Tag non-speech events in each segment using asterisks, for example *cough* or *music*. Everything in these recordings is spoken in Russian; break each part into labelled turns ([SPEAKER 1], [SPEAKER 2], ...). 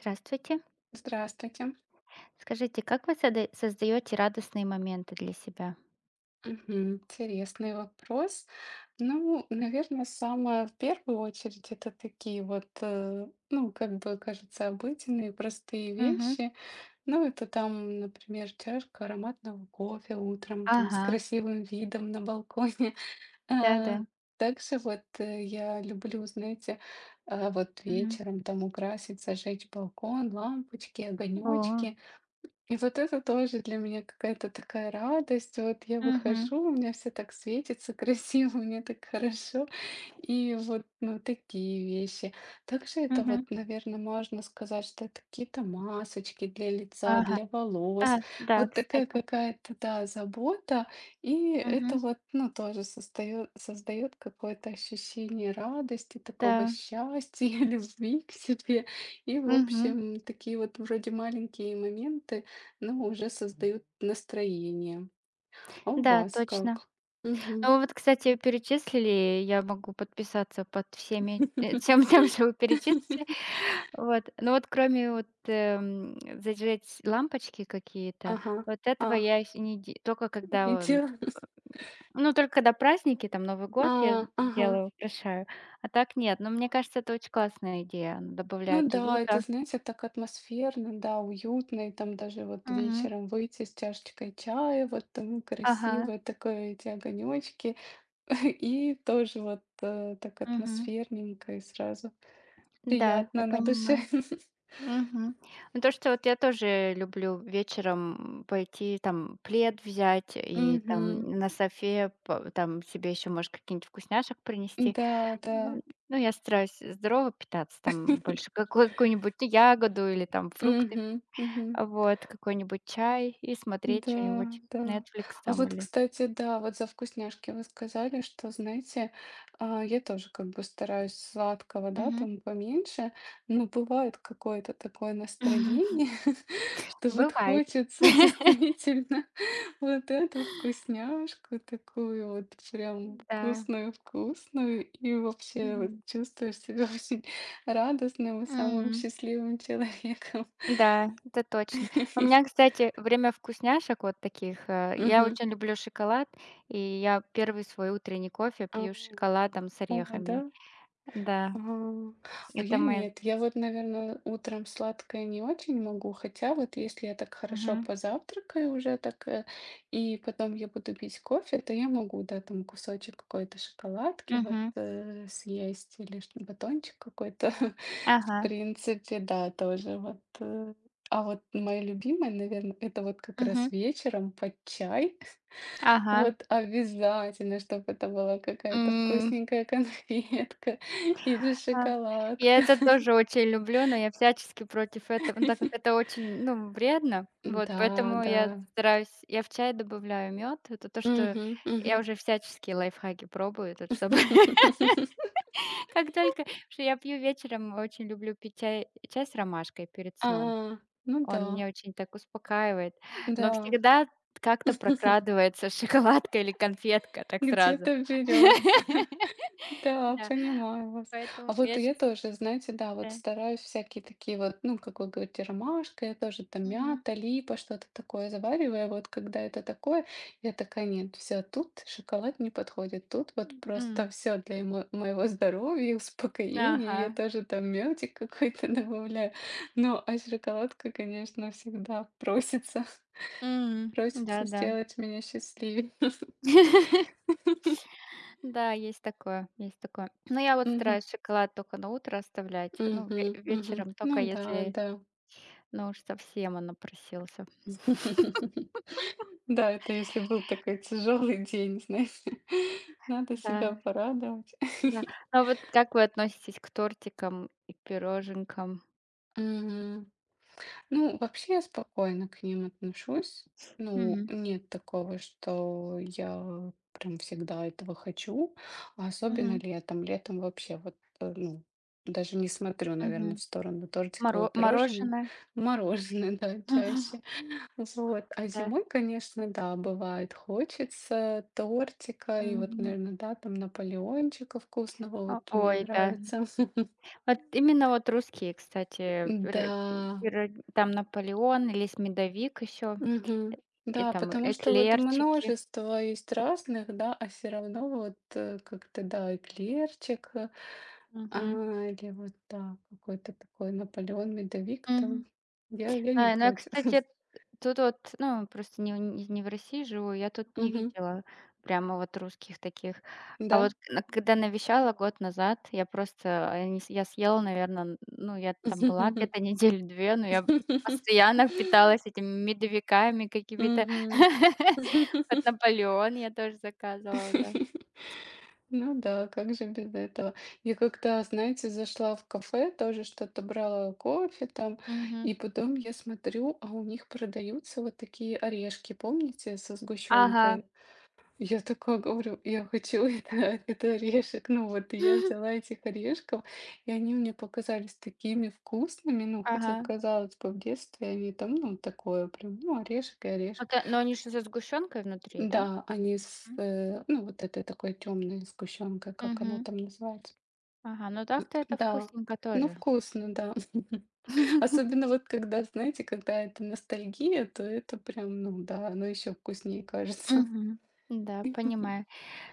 [SPEAKER 1] Здравствуйте.
[SPEAKER 2] Здравствуйте.
[SPEAKER 1] Скажите, как вы сода создаете радостные моменты для себя?
[SPEAKER 2] Мгм. Интересный вопрос. Ну, наверное, самое в первую очередь это такие вот, ну, как бы кажется, обыденные, простые
[SPEAKER 1] Мгм.
[SPEAKER 2] вещи. Ну, это там, например, чашка ароматного кофе утром, там с
[SPEAKER 1] Ага.
[SPEAKER 2] красивым видом на балконе. *laughs*
[SPEAKER 1] Да-да.
[SPEAKER 2] А, Также вот я люблю, знаете, вот
[SPEAKER 1] Мгм.
[SPEAKER 2] вечером там украсить, зажечь балкон, лампочки,
[SPEAKER 1] О.
[SPEAKER 2] огонечки. И вот это тоже для меня какая-то такая радость. Вот я
[SPEAKER 1] Мгм.
[SPEAKER 2] выхожу, у меня все так светится красиво, *laughs* мне так хорошо. И вот, ну, такие вещи. Также это вот,
[SPEAKER 1] Мгм.
[SPEAKER 2] наверное, можно сказать, что это какие-то масочки для лица,
[SPEAKER 1] Ага.
[SPEAKER 2] для
[SPEAKER 1] А,
[SPEAKER 2] волос.
[SPEAKER 1] да,
[SPEAKER 2] Вот такая
[SPEAKER 1] кстати.
[SPEAKER 2] какая-то, да, забота. И это
[SPEAKER 1] Мгм.
[SPEAKER 2] вот, ну, тоже создает какое-то ощущение радости, такого
[SPEAKER 1] Да.
[SPEAKER 2] счастья, *laughs* любви к себе. И, в
[SPEAKER 1] Мгм.
[SPEAKER 2] общем, такие вот вроде маленькие моменты, ну, уже создают настроение. А у
[SPEAKER 1] Да,
[SPEAKER 2] вас
[SPEAKER 1] точно.
[SPEAKER 2] как? Мгм.
[SPEAKER 1] Ну, вот, кстати, перечислили, я могу подписаться под всеми, *laughs* всем тем, что вы перечислили.
[SPEAKER 2] *laughs*
[SPEAKER 1] Вот. Ну вот кроме вот, зажечь лампочки какие-то,
[SPEAKER 2] Ага.
[SPEAKER 1] вот
[SPEAKER 2] А,
[SPEAKER 1] этого я еще не де только когда,
[SPEAKER 2] метель.
[SPEAKER 1] Ну, только когда праздники, там Новый
[SPEAKER 2] А,
[SPEAKER 1] год я
[SPEAKER 2] ага.
[SPEAKER 1] делаю, украшаю, а так нет. Но мне кажется, это очень классная идея. Она
[SPEAKER 2] Ну
[SPEAKER 1] добавляет
[SPEAKER 2] да, это,
[SPEAKER 1] уюта.
[SPEAKER 2] знаете, так атмосферно, да, уютно, и там даже вот
[SPEAKER 1] Мгм.
[SPEAKER 2] вечером выйти с чашечкой чая, вот там
[SPEAKER 1] Ага,
[SPEAKER 2] красивые, такое эти огонечки, *laughs* и тоже вот так
[SPEAKER 1] мгм.
[SPEAKER 2] атмосферненько и сразу
[SPEAKER 1] Да, я
[SPEAKER 2] приятно на душе.
[SPEAKER 1] понимаю.
[SPEAKER 2] *laughs*
[SPEAKER 1] Мгм. Ну, то, что вот я тоже люблю вечером, пойти, там, плед взять и, там,
[SPEAKER 2] Мгм.
[SPEAKER 1] на софе по там себе еще, может, какие-нибудь вкусняшек принести.
[SPEAKER 2] Да, да.
[SPEAKER 1] Мгм. Ну, я стараюсь здорово питаться, там, больше какой какую-нибудь ягоду или, там, фрукты.
[SPEAKER 2] Мгм, мгм.
[SPEAKER 1] А, вот какой-нибудь чай и смотреть
[SPEAKER 2] Да,
[SPEAKER 1] что-нибудь,
[SPEAKER 2] да.
[SPEAKER 1] Netflix
[SPEAKER 2] А
[SPEAKER 1] там
[SPEAKER 2] вот,
[SPEAKER 1] или.
[SPEAKER 2] кстати, да, вот за вкусняшки вы сказали, что, знаете, я тоже как бы стараюсь сладкого, да,
[SPEAKER 1] Мгм.
[SPEAKER 2] там поменьше, но бывает какое-то такое настроение,
[SPEAKER 1] *laughs*
[SPEAKER 2] *laughs* что вот
[SPEAKER 1] Бывает.
[SPEAKER 2] хочется действительно *laughs* вот эту вкусняшку такую вот прям
[SPEAKER 1] Да.
[SPEAKER 2] вкусную-вкусную, и вообще вот
[SPEAKER 1] Мгм.
[SPEAKER 2] чувствуешь себя *laughs* очень радостным и самым
[SPEAKER 1] М.
[SPEAKER 2] счастливым человеком.
[SPEAKER 1] Да, это точно. У меня,
[SPEAKER 2] *laughs*
[SPEAKER 1] кстати, время вкусняшек вот таких, я
[SPEAKER 2] Мгм.
[SPEAKER 1] очень люблю шоколад, и я первый свой утренний кофе
[SPEAKER 2] А,
[SPEAKER 1] пью с шоколадом с
[SPEAKER 2] о, да.
[SPEAKER 1] орехами. Да,
[SPEAKER 2] А, а
[SPEAKER 1] это
[SPEAKER 2] я
[SPEAKER 1] моя.
[SPEAKER 2] нет. Я вот, наверное, утром сладкое не очень могу, хотя вот если я так хорошо
[SPEAKER 1] Мгм.
[SPEAKER 2] позавтракаю уже так, и потом я буду пить кофе, то я могу, да, там кусочек какой-то шоколадки вот
[SPEAKER 1] Мгм.
[SPEAKER 2] съесть или батончик какой-то. *laughs* В
[SPEAKER 1] Ага.
[SPEAKER 2] принципе, да, тоже А вот мое любимое, наверное, это вот как
[SPEAKER 1] Мгм.
[SPEAKER 2] раз вечером под чай.
[SPEAKER 1] Ага.
[SPEAKER 2] Вот обязательно, чтобы это была какая-то
[SPEAKER 1] М.
[SPEAKER 2] вкусненькая конфетка *laughs* или
[SPEAKER 1] А, я
[SPEAKER 2] шоколадка.
[SPEAKER 1] это тоже очень люблю, но я всячески против этого, ну, так как это очень, ну, вредно. Вот,
[SPEAKER 2] Да,
[SPEAKER 1] поэтому
[SPEAKER 2] да.
[SPEAKER 1] я в чай добавляю мед. Это то, что
[SPEAKER 2] Мгм,
[SPEAKER 1] я
[SPEAKER 2] мгм.
[SPEAKER 1] уже всяческие лайфхаки пробую тут, чтобы
[SPEAKER 2] *laughs*
[SPEAKER 1] *laughs* как только что я пью вечером, очень люблю пить чай с ромашкой перед
[SPEAKER 2] А,
[SPEAKER 1] сном.
[SPEAKER 2] ну
[SPEAKER 1] Он
[SPEAKER 2] да,
[SPEAKER 1] меня очень так успокаивает, но
[SPEAKER 2] да,
[SPEAKER 1] всегда как-то прокрадывается *laughs* шоколадка или конфетка так сразу.
[SPEAKER 2] где-то берется.
[SPEAKER 1] *laughs*
[SPEAKER 2] Да,
[SPEAKER 1] Да,
[SPEAKER 2] понимаю вас. А
[SPEAKER 1] поэтому
[SPEAKER 2] вот
[SPEAKER 1] я
[SPEAKER 2] я
[SPEAKER 1] сейчас.
[SPEAKER 2] тоже, знаете, да, вот стараюсь всякие такие вот, ну, как вы говорите, ромашка, я тоже там мята, липа, что-то такое завариваю. Вот когда это такое, я такая, нет, все, тут шоколад не подходит, тут вот просто все для моего здоровья и успокоения. Я
[SPEAKER 1] Ага.
[SPEAKER 2] тоже там мётик какой-то *laughs* добавляю. Ну, а шоколадка, конечно, всегда просится,
[SPEAKER 1] М.
[SPEAKER 2] *laughs*
[SPEAKER 1] Да-да.
[SPEAKER 2] просится
[SPEAKER 1] Да.
[SPEAKER 2] сделать меня счастливее. *laughs*
[SPEAKER 1] *laughs* Да, есть такое, есть такое. Но я вот
[SPEAKER 2] Мгм,
[SPEAKER 1] стараюсь шоколад только на утро оставлять. Ну, ве
[SPEAKER 2] мгм, мгм.
[SPEAKER 1] вечером только
[SPEAKER 2] Ну да,
[SPEAKER 1] если,
[SPEAKER 2] да.
[SPEAKER 1] ну, уж совсем он напросился.
[SPEAKER 2] *laughs* Да, это если был такой тяжелый день, знаешь, *laughs* надо себя
[SPEAKER 1] Да,
[SPEAKER 2] порадовать.
[SPEAKER 1] да.
[SPEAKER 2] *laughs*
[SPEAKER 1] А вот как вы относитесь к тортикам и пироженкам?
[SPEAKER 2] Мгм. Ну, вообще я спокойно к ним отношусь. Ну,
[SPEAKER 1] Мгм.
[SPEAKER 2] нет такого, что я прям всегда этого хочу, а особенно
[SPEAKER 1] Мгм.
[SPEAKER 2] летом. Летом вообще вот, ну, даже не смотрю,
[SPEAKER 1] Мгм.
[SPEAKER 2] наверное, в сторону тортиков и пирожных,
[SPEAKER 1] Мороженое?
[SPEAKER 2] мороженое, *laughs* да, чаще.
[SPEAKER 1] *laughs*
[SPEAKER 2] Вот, а
[SPEAKER 1] Да.
[SPEAKER 2] зимой, конечно, да, бывает, хочется тортика и вот,
[SPEAKER 1] Мгм.
[SPEAKER 2] наверное, да, там Наполеончика вкусного,
[SPEAKER 1] О
[SPEAKER 2] вот мне
[SPEAKER 1] ой, да.
[SPEAKER 2] нравится. *laughs*
[SPEAKER 1] Вот именно вот русские, кстати,
[SPEAKER 2] Да,
[SPEAKER 1] пиро пиро там Наполеон или с медовик еще.
[SPEAKER 2] мгм.
[SPEAKER 1] И
[SPEAKER 2] Да,
[SPEAKER 1] там
[SPEAKER 2] потому что вот
[SPEAKER 1] эклерчики.
[SPEAKER 2] множество есть разных, да, а все равно вот как-то, да, эклерчик, а,
[SPEAKER 1] Мгм.
[SPEAKER 2] или вот, да, какой-то такой Наполеон, медовик там.
[SPEAKER 1] Мгм.
[SPEAKER 2] Я не
[SPEAKER 1] А, ну я,
[SPEAKER 2] против.
[SPEAKER 1] кстати,
[SPEAKER 2] *laughs*
[SPEAKER 1] тут вот, ну, просто не в России живу, я тут не
[SPEAKER 2] Мгм.
[SPEAKER 1] видела прямо вот русских таких. А вот
[SPEAKER 2] Да.
[SPEAKER 1] к- на когда навещала год назад, я просто, а, не с я съела, наверное, ну, я там была где-то недели 2, но я постоянно
[SPEAKER 2] *laughs*
[SPEAKER 1] питалась этими медовиками какими-то.
[SPEAKER 2] Мгм.
[SPEAKER 1] *laughs* Вот «Наполеон» я тоже заказывала, да.
[SPEAKER 2] *laughs* Ну да, как же без этого? Я как-то, знаете, зашла в кафе, тоже что-то брала, кофе там,
[SPEAKER 1] Мгм.
[SPEAKER 2] и потом я смотрю, а у них продаются вот такие орешки, помните, со
[SPEAKER 1] Ага.
[SPEAKER 2] сгущенкой? Я такая говорю, я хочу *laughs* это орешек. Ну вот, и я взяла
[SPEAKER 1] *laughs*
[SPEAKER 2] этих орешков, и они мне показались такими вкусными, ну, хотя,
[SPEAKER 1] Ага.
[SPEAKER 2] казалось бы, в детстве они там, ну, такое прям, ну, орешек и орешек.
[SPEAKER 1] Это но они же со сгущенкой внутри, да?
[SPEAKER 2] Да, они с,
[SPEAKER 1] М.
[SPEAKER 2] ну, вот этой такой темной сгущенкой, как она
[SPEAKER 1] Мгм.
[SPEAKER 2] там называется.
[SPEAKER 1] Ага, ну так-то это
[SPEAKER 2] Да,
[SPEAKER 1] вкусненько
[SPEAKER 2] ну
[SPEAKER 1] тоже.
[SPEAKER 2] вкусно, да. *laughs*
[SPEAKER 1] *laughs*
[SPEAKER 2] Особенно вот когда, знаете, когда это ностальгия, то это прям, ну да, оно еще вкуснее кажется. *laughs*
[SPEAKER 1] Мгм. Да, понимаю.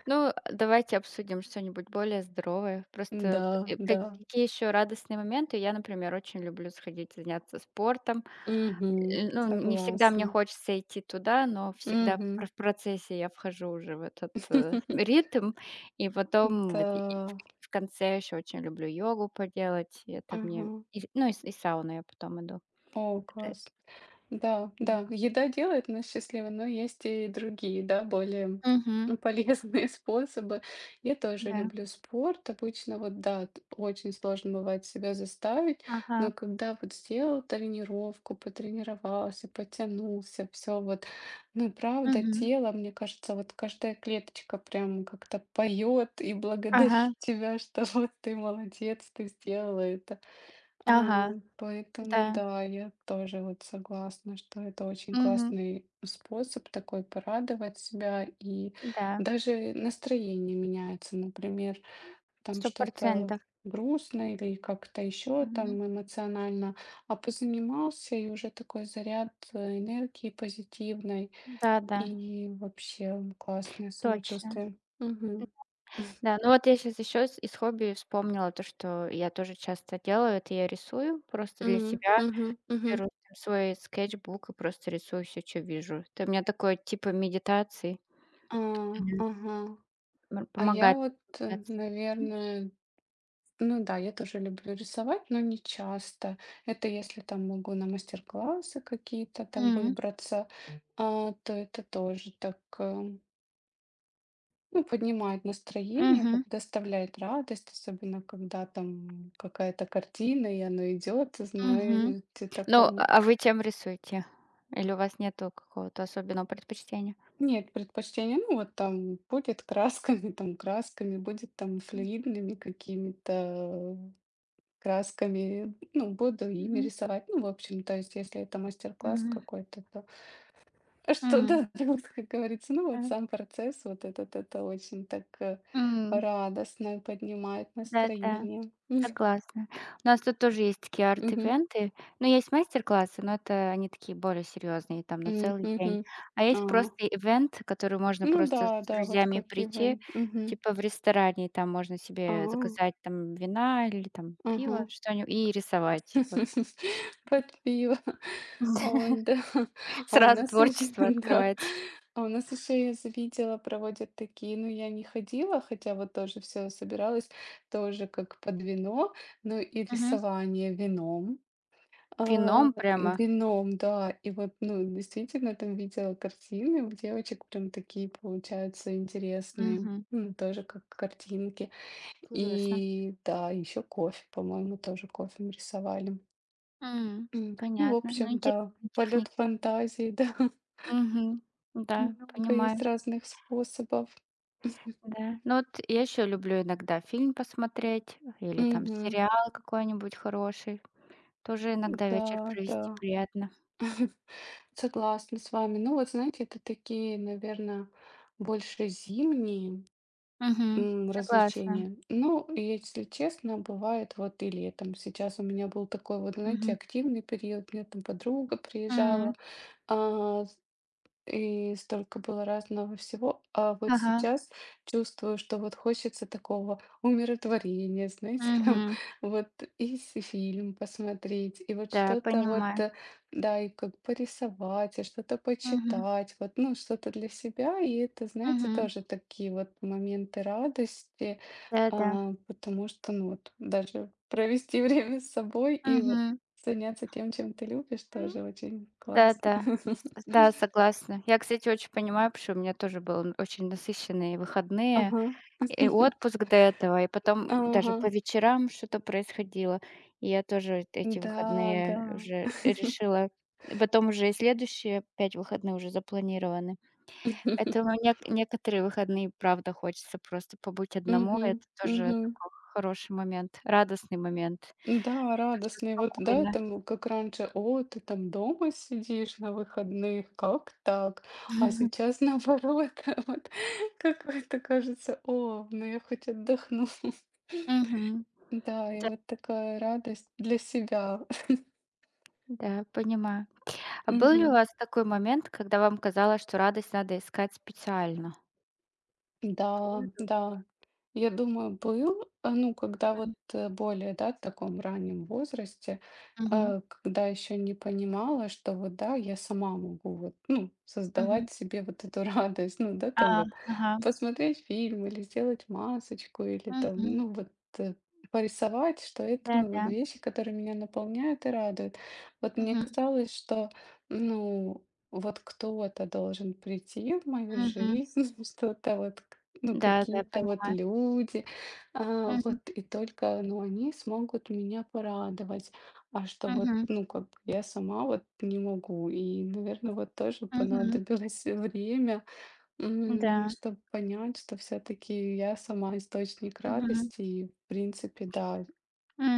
[SPEAKER 1] Ну, давайте обсудим что-нибудь более здоровое. Просто
[SPEAKER 2] Да,
[SPEAKER 1] вот, как
[SPEAKER 2] да.
[SPEAKER 1] какие еще радостные моменты. Я, например, очень люблю сходить заняться спортом.
[SPEAKER 2] Угу,
[SPEAKER 1] Ну, не всегда мне
[SPEAKER 2] согласна.
[SPEAKER 1] хочется идти туда, но всегда
[SPEAKER 2] Угу,
[SPEAKER 1] в процессе я вхожу уже в этот,
[SPEAKER 2] *laughs*
[SPEAKER 1] ритм. И потом
[SPEAKER 2] да.
[SPEAKER 1] в конце еще очень люблю йогу поделать. И это
[SPEAKER 2] Ага.
[SPEAKER 1] мне и, ну, и сауну я потом иду.
[SPEAKER 2] О,
[SPEAKER 1] Это.
[SPEAKER 2] класс. Да, да, еда делает нас счастливыми, но есть и другие, да, более
[SPEAKER 1] Мгм.
[SPEAKER 2] *laughs* полезные способы. Я тоже
[SPEAKER 1] Да.
[SPEAKER 2] люблю спорт. Обычно вот, да, очень сложно бывает себя заставить,
[SPEAKER 1] Ага.
[SPEAKER 2] но когда вот сделал тренировку, потренировался, потянулся, все вот, ну, и правда,
[SPEAKER 1] Мгм.
[SPEAKER 2] тело, мне кажется, вот каждая клеточка прям как-то поет и
[SPEAKER 1] Ага.
[SPEAKER 2] благодарит *laughs* тебя, что вот ты молодец, ты сделала это. А,
[SPEAKER 1] Ага. Да.
[SPEAKER 2] поэтому да, я тоже вот согласна, что это очень
[SPEAKER 1] Мгм.
[SPEAKER 2] классный способ такой порадовать себя, и
[SPEAKER 1] Да.
[SPEAKER 2] даже настроение меняется. Например, там что-то
[SPEAKER 1] 100%.
[SPEAKER 2] грустно или как-то еще
[SPEAKER 1] Мгм.
[SPEAKER 2] там эмоционально, а позанимался, и уже такой заряд энергии позитивной,
[SPEAKER 1] Да-да,
[SPEAKER 2] и вообще классное
[SPEAKER 1] точно.
[SPEAKER 2] самочувствие. Мгм.
[SPEAKER 1] Да, ну вот я сейчас еще с из хобби вспомнила то, что я тоже часто делаю. Это я рисую просто для
[SPEAKER 2] Мгм.
[SPEAKER 1] себя.
[SPEAKER 2] Мгм. Мгм.
[SPEAKER 1] Беру там свой скетчбук и просто рисую все, что вижу. Это у меня такое типа медитации.
[SPEAKER 2] А,
[SPEAKER 1] Мгм.
[SPEAKER 2] ага.
[SPEAKER 1] М,
[SPEAKER 2] А я
[SPEAKER 1] помогает
[SPEAKER 2] вот,
[SPEAKER 1] расслабляться. Мгм.
[SPEAKER 2] ну да, я тоже люблю рисовать, но не часто. Это если там могу на мастер-классы какие-то там
[SPEAKER 1] Мгм.
[SPEAKER 2] выбраться, то это тоже так, ну, поднимает настроение, вот
[SPEAKER 1] Мгм.
[SPEAKER 2] доставляет радость, особенно когда там какая-то картина, и она идет,
[SPEAKER 1] Мгм.
[SPEAKER 2] знаешь, ты
[SPEAKER 1] Ну,
[SPEAKER 2] таком...
[SPEAKER 1] а вы чем рисуете? Или у вас нету какого-то особенного предпочтения?
[SPEAKER 2] Нет предпочтения, ну вот там будет красками, *laughs* там красками, будет там
[SPEAKER 1] М,
[SPEAKER 2] флюидными какими-то красками, ну, буду ими
[SPEAKER 1] мгм,
[SPEAKER 2] рисовать. Ну, в общем, то есть, если это мастер-класс
[SPEAKER 1] мгм,
[SPEAKER 2] какой-то, то *laughs* что,
[SPEAKER 1] м,
[SPEAKER 2] да, *laughs* вот как говорится, ну, вот
[SPEAKER 1] м,
[SPEAKER 2] сам процесс вот этот, это очень так
[SPEAKER 1] м.
[SPEAKER 2] радостно поднимает
[SPEAKER 1] Да-да,
[SPEAKER 2] настроение. Мгм.
[SPEAKER 1] согласна. У нас тут тоже есть такие
[SPEAKER 2] Мгм.
[SPEAKER 1] арт-ивенты. Ну, есть мастер-классы, но это они такие более серьезные, там на
[SPEAKER 2] М,
[SPEAKER 1] целый
[SPEAKER 2] мгм.
[SPEAKER 1] день. А
[SPEAKER 2] А,
[SPEAKER 1] есть просто ивент, который можно
[SPEAKER 2] ну,
[SPEAKER 1] просто
[SPEAKER 2] да,
[SPEAKER 1] с
[SPEAKER 2] да, вот
[SPEAKER 1] друзьями
[SPEAKER 2] как и
[SPEAKER 1] прийти,
[SPEAKER 2] вы. Мгм.
[SPEAKER 1] типа в ресторане, и там можно
[SPEAKER 2] А,
[SPEAKER 1] себе заказать там вина или там
[SPEAKER 2] ага.
[SPEAKER 1] пиво, что-нибудь, и рисовать. Вот.
[SPEAKER 2] *laughs* Под пиво.
[SPEAKER 1] *laughs*
[SPEAKER 2] Ой, да. А у
[SPEAKER 1] Сразу
[SPEAKER 2] нас еще, *laughs*
[SPEAKER 1] творчество
[SPEAKER 2] да.
[SPEAKER 1] открывается.
[SPEAKER 2] А у нас еще, я завидела, проводят такие, ну, я не ходила, хотя вот тоже все собиралась, тоже как под вино, ну и
[SPEAKER 1] Мгм.
[SPEAKER 2] рисование вином. А,
[SPEAKER 1] Вином прямо?
[SPEAKER 2] вином, да. И вот, ну, действительно, там видела картины, у девочек прям такие получаются интересные,
[SPEAKER 1] Мгм.
[SPEAKER 2] ну, тоже как картинки.
[SPEAKER 1] Интересно.
[SPEAKER 2] И да, еще кофе, по-моему, тоже кофе рисовали.
[SPEAKER 1] М.
[SPEAKER 2] М, ну, в
[SPEAKER 1] Понятно. Ну,
[SPEAKER 2] общем, да,
[SPEAKER 1] интересные
[SPEAKER 2] полет
[SPEAKER 1] техники.
[SPEAKER 2] фантазии, *laughs* да.
[SPEAKER 1] Мгм. Да,
[SPEAKER 2] Много есть
[SPEAKER 1] понимаю.
[SPEAKER 2] разных способов.
[SPEAKER 1] Да. Ну, вот я еще люблю иногда фильм посмотреть или там
[SPEAKER 2] Мгм.
[SPEAKER 1] сериал какой-нибудь хороший. Тоже иногда вечер
[SPEAKER 2] Да, да,
[SPEAKER 1] провести приятно.
[SPEAKER 2] согласна с вами. Ну вот, знаете, это такие, наверное, больше зимние
[SPEAKER 1] Мгм.
[SPEAKER 2] м,
[SPEAKER 1] Согласна.
[SPEAKER 2] развлечения. Ну, если честно, бывает вот и летом. Сейчас у меня был такой вот, знаете,
[SPEAKER 1] Мгм.
[SPEAKER 2] активный период. У меня там подруга приезжала,
[SPEAKER 1] М.
[SPEAKER 2] а, и столько было разного всего. А вот
[SPEAKER 1] Ага.
[SPEAKER 2] сейчас чувствую, что вот хочется такого умиротворения, знаете, *laughs* там
[SPEAKER 1] Мгм.
[SPEAKER 2] вот и фильм посмотреть, и вот
[SPEAKER 1] Да,
[SPEAKER 2] что-то вот,
[SPEAKER 1] понимаю.
[SPEAKER 2] да, и как порисовать, и что-то
[SPEAKER 1] Мгм.
[SPEAKER 2] почитать, вот, ну, что-то для себя. И это, знаете,
[SPEAKER 1] Мгм.
[SPEAKER 2] тоже такие вот моменты радости,
[SPEAKER 1] Да-да.
[SPEAKER 2] потому что, ну, вот даже провести *laughs* время с собой и вот
[SPEAKER 1] Мгм.
[SPEAKER 2] заняться тем, чем ты любишь, тоже очень классно. *laughs*
[SPEAKER 1] Да-да. С да, согласна. Я, кстати, очень понимаю, потому что у меня тоже были очень насыщенные выходные
[SPEAKER 2] Ага.
[SPEAKER 1] и
[SPEAKER 2] *laughs*
[SPEAKER 1] отпуск до этого, и потом даже
[SPEAKER 2] Ага.
[SPEAKER 1] по вечерам что-то происходило. И я тоже эти
[SPEAKER 2] Да, да.
[SPEAKER 1] выходные уже решила и потом уже и следующие 5 выходных уже запланированы. Поэтому
[SPEAKER 2] *laughs*
[SPEAKER 1] некоторые выходные, правда, хочется просто побыть
[SPEAKER 2] Мгм.
[SPEAKER 1] одному. Это тоже
[SPEAKER 2] Мгм.
[SPEAKER 1] такой хороший момент, радостный момент,
[SPEAKER 2] Да,
[SPEAKER 1] что всё
[SPEAKER 2] радостный. Вот, да,
[SPEAKER 1] спокойно.
[SPEAKER 2] там, как раньше: "О, ты там дома сидишь на выходных, как так?" А
[SPEAKER 1] *laughs*
[SPEAKER 2] сейчас наоборот, *laughs* вот какой-то кажется: "О, ну я хоть отдохну". *laughs*
[SPEAKER 1] Мгм.
[SPEAKER 2] Да, и
[SPEAKER 1] Да,
[SPEAKER 2] вот такая радость для себя. *laughs*
[SPEAKER 1] да, понимаю. А был ли у
[SPEAKER 2] Мгм.
[SPEAKER 1] вас такой момент, когда вам казалось, что радость надо искать специально?
[SPEAKER 2] Да,
[SPEAKER 1] Ой, как.
[SPEAKER 2] да. Я думаю, был, ну, когда вот
[SPEAKER 1] М,
[SPEAKER 2] более, да, в таком раннем возрасте,
[SPEAKER 1] мгм,
[SPEAKER 2] когда еще не понимала, что вот, да, я сама могу вот, ну,
[SPEAKER 1] мгм.
[SPEAKER 2] создавать себе вот эту *laughs* радость, ну, да,
[SPEAKER 1] А,
[SPEAKER 2] там вот
[SPEAKER 1] ага.
[SPEAKER 2] посмотреть фильм или сделать масочку или там,
[SPEAKER 1] Мгм.
[SPEAKER 2] ну, вот э, порисовать, что это, ну, вот
[SPEAKER 1] Да-да.
[SPEAKER 2] вещи, которые меня наполняют и радуют. Вот мне
[SPEAKER 1] Мгм,
[SPEAKER 2] казалось, что, ну, вот кто-то должен прийти в мою
[SPEAKER 1] мгм.
[SPEAKER 2] жизнь, *laughs* что-то вот, ну,
[SPEAKER 1] Да, да,
[SPEAKER 2] какие-то вот
[SPEAKER 1] понимаю.
[SPEAKER 2] люди,
[SPEAKER 1] Мгм,
[SPEAKER 2] вот, и только, ну, они смогут меня порадовать, а что вот,
[SPEAKER 1] мгм,
[SPEAKER 2] ну, как бы я сама вот не могу, и, наверное, вот тоже
[SPEAKER 1] мгм.
[SPEAKER 2] понадобилось *laughs* время,
[SPEAKER 1] Да.
[SPEAKER 2] чтобы понять, что все-таки я сама источник
[SPEAKER 1] Мгм,
[SPEAKER 2] радости, и, в принципе, да,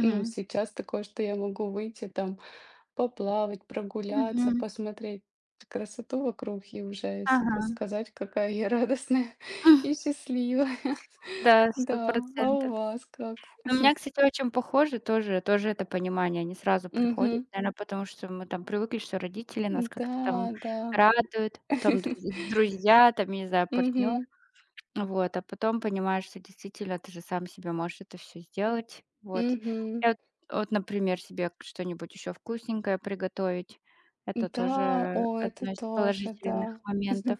[SPEAKER 2] ну, сейчас такое, что я могу выйти там поплавать, прогуляться,
[SPEAKER 1] мгм.
[SPEAKER 2] посмотреть красоту вокруг и уже
[SPEAKER 1] Ага.
[SPEAKER 2] себе сказать, какая я радостная *laughs* и
[SPEAKER 1] *laughs*
[SPEAKER 2] счастливая. *laughs*
[SPEAKER 1] Да,
[SPEAKER 2] Да, а
[SPEAKER 1] 100%.
[SPEAKER 2] у вас как?
[SPEAKER 1] Ну, у меня, кстати, очень похоже тоже это понимание не сразу приходит,
[SPEAKER 2] Мгм.
[SPEAKER 1] наверное, потому что мы там привыкли, что родители нас как-то там
[SPEAKER 2] Да, да.
[SPEAKER 1] радуют, потом
[SPEAKER 2] *laughs*
[SPEAKER 1] друзья, там, я не знаю, партнер.
[SPEAKER 2] Мгм.
[SPEAKER 1] Вот, а потом понимаешь, что действительно ты же сам себе можешь это все сделать. Вот.
[SPEAKER 2] Мгм.
[SPEAKER 1] Я вот вот, например, себе что-нибудь еще вкусненькое приготовить. Это
[SPEAKER 2] Да,
[SPEAKER 1] тоже
[SPEAKER 2] о, это
[SPEAKER 1] одно из
[SPEAKER 2] тоже,
[SPEAKER 1] положительных
[SPEAKER 2] да.
[SPEAKER 1] моментов.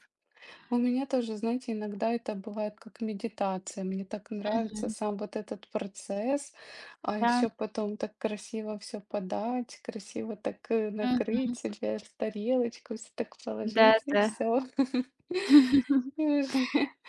[SPEAKER 2] У меня тоже, знаете, иногда это бывает как медитация. Мне так нравится
[SPEAKER 1] Мгм.
[SPEAKER 2] сам вот этот процесс, а
[SPEAKER 1] Да.
[SPEAKER 2] еще потом так красиво все подать, красиво так
[SPEAKER 1] Мгм.
[SPEAKER 2] накрыть себе тарелочку, все так положить и
[SPEAKER 1] Да-да.
[SPEAKER 2] все. *laughs* И уже *laughs*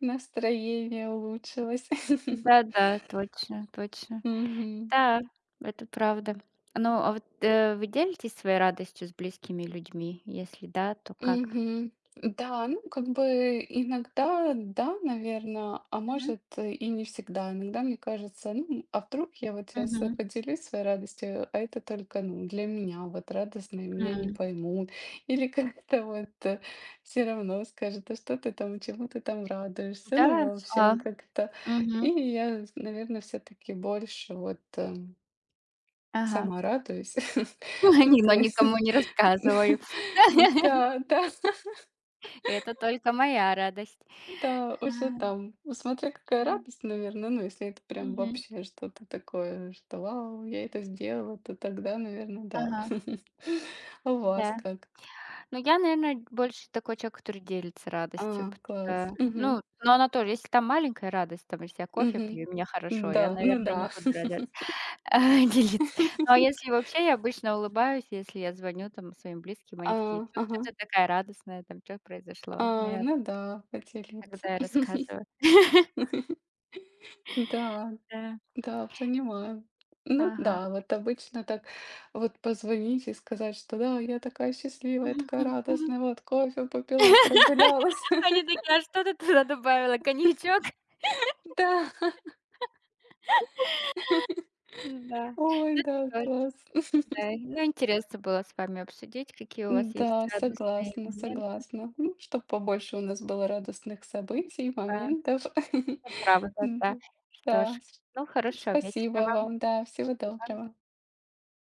[SPEAKER 2] настроение улучшилось.
[SPEAKER 1] Да-да, *laughs* точно, точно.
[SPEAKER 2] *laughs* Мгм.
[SPEAKER 1] Да, это правда. Ну, а вот, вы делитесь своей радостью с близкими людьми? Если да, то как?
[SPEAKER 2] Мгм. Да, ну, как бы иногда да, наверное, а
[SPEAKER 1] Мгм.
[SPEAKER 2] может и не всегда. Иногда мне кажется, ну, а вдруг я вот сейчас
[SPEAKER 1] Мгм.
[SPEAKER 2] поделюсь своей радостью, а это только, ну, для меня вот радостно, и меня не
[SPEAKER 1] М.
[SPEAKER 2] поймут. Или как-то вот все равно скажут, а что ты там, чему ты там радуешься?
[SPEAKER 1] Да?
[SPEAKER 2] Ну, в
[SPEAKER 1] А.
[SPEAKER 2] общем, как-то. И
[SPEAKER 1] Мгм.
[SPEAKER 2] я, наверное, все-таки больше вот
[SPEAKER 1] Ага.
[SPEAKER 2] сама радуюсь. *laughs*
[SPEAKER 1] *laughs*
[SPEAKER 2] Ну,
[SPEAKER 1] Не,
[SPEAKER 2] то
[SPEAKER 1] но
[SPEAKER 2] есть,
[SPEAKER 1] никому не
[SPEAKER 2] *laughs*
[SPEAKER 1] рассказываю.
[SPEAKER 2] *laughs*
[SPEAKER 1] *laughs*
[SPEAKER 2] да, да.
[SPEAKER 1] Это только моя радость.
[SPEAKER 2] Да, уже
[SPEAKER 1] А,
[SPEAKER 2] там. Ну, смотря какая
[SPEAKER 1] м.
[SPEAKER 2] радость, наверное, ну, если это прям
[SPEAKER 1] Мгм.
[SPEAKER 2] вообще что-то такое, что вау, я это сделала, то тогда, наверное, да.
[SPEAKER 1] Ага.
[SPEAKER 2] *laughs* А у вас
[SPEAKER 1] Да.
[SPEAKER 2] как?
[SPEAKER 1] Ну, я, наверное, больше такой человек, который делится радостью,
[SPEAKER 2] А, класс.
[SPEAKER 1] э, ну,
[SPEAKER 2] Мгм.
[SPEAKER 1] но она тоже, если там маленькая радость, там, если я кофе
[SPEAKER 2] Мгм.
[SPEAKER 1] пью, и мне хорошо, я,
[SPEAKER 2] Да, ну
[SPEAKER 1] наверное, не
[SPEAKER 2] да.
[SPEAKER 1] буду рада *laughs* делиться. Ну, а если
[SPEAKER 2] *laughs*
[SPEAKER 1] вообще, я обычно улыбаюсь, если я звоню там своим близким,
[SPEAKER 2] А,
[SPEAKER 1] они такие: «Что
[SPEAKER 2] ага.
[SPEAKER 1] ты такая радостная, там что произошло?» Ну,
[SPEAKER 2] А,
[SPEAKER 1] я
[SPEAKER 2] ну да, поделиться.
[SPEAKER 1] тогда
[SPEAKER 2] *laughs*
[SPEAKER 1] рассказываю. *laughs*
[SPEAKER 2] Да,
[SPEAKER 1] Да,
[SPEAKER 2] да, понимаю. Ну
[SPEAKER 1] ага.
[SPEAKER 2] да, вот обычно так вот позвонить и сказать, что да, я такая счастливая, такая радостная,
[SPEAKER 1] *laughs*
[SPEAKER 2] вот кофе попила, прогулялась.
[SPEAKER 1] Они
[SPEAKER 2] *laughs*
[SPEAKER 1] такие: «А что ты туда добавила, коньячок?»
[SPEAKER 2] Да, *laughs*
[SPEAKER 1] Да,
[SPEAKER 2] ой, да,
[SPEAKER 1] точно,
[SPEAKER 2] класс. *laughs*
[SPEAKER 1] да. Ну, интересно было с вами обсудить, какие у вас есть
[SPEAKER 2] Да,
[SPEAKER 1] радостные
[SPEAKER 2] согласна,
[SPEAKER 1] моменты.
[SPEAKER 2] согласна. Ну, чтобы побольше у нас было радостных событий,
[SPEAKER 1] Да,
[SPEAKER 2] моментов.
[SPEAKER 1] это
[SPEAKER 2] *laughs*
[SPEAKER 1] правда, да.
[SPEAKER 2] Да,
[SPEAKER 1] Что ж,
[SPEAKER 2] да,
[SPEAKER 1] ну, хорошего вечера
[SPEAKER 2] спасибо
[SPEAKER 1] вам.
[SPEAKER 2] вам, да, всего
[SPEAKER 1] Спасибо.
[SPEAKER 2] доброго.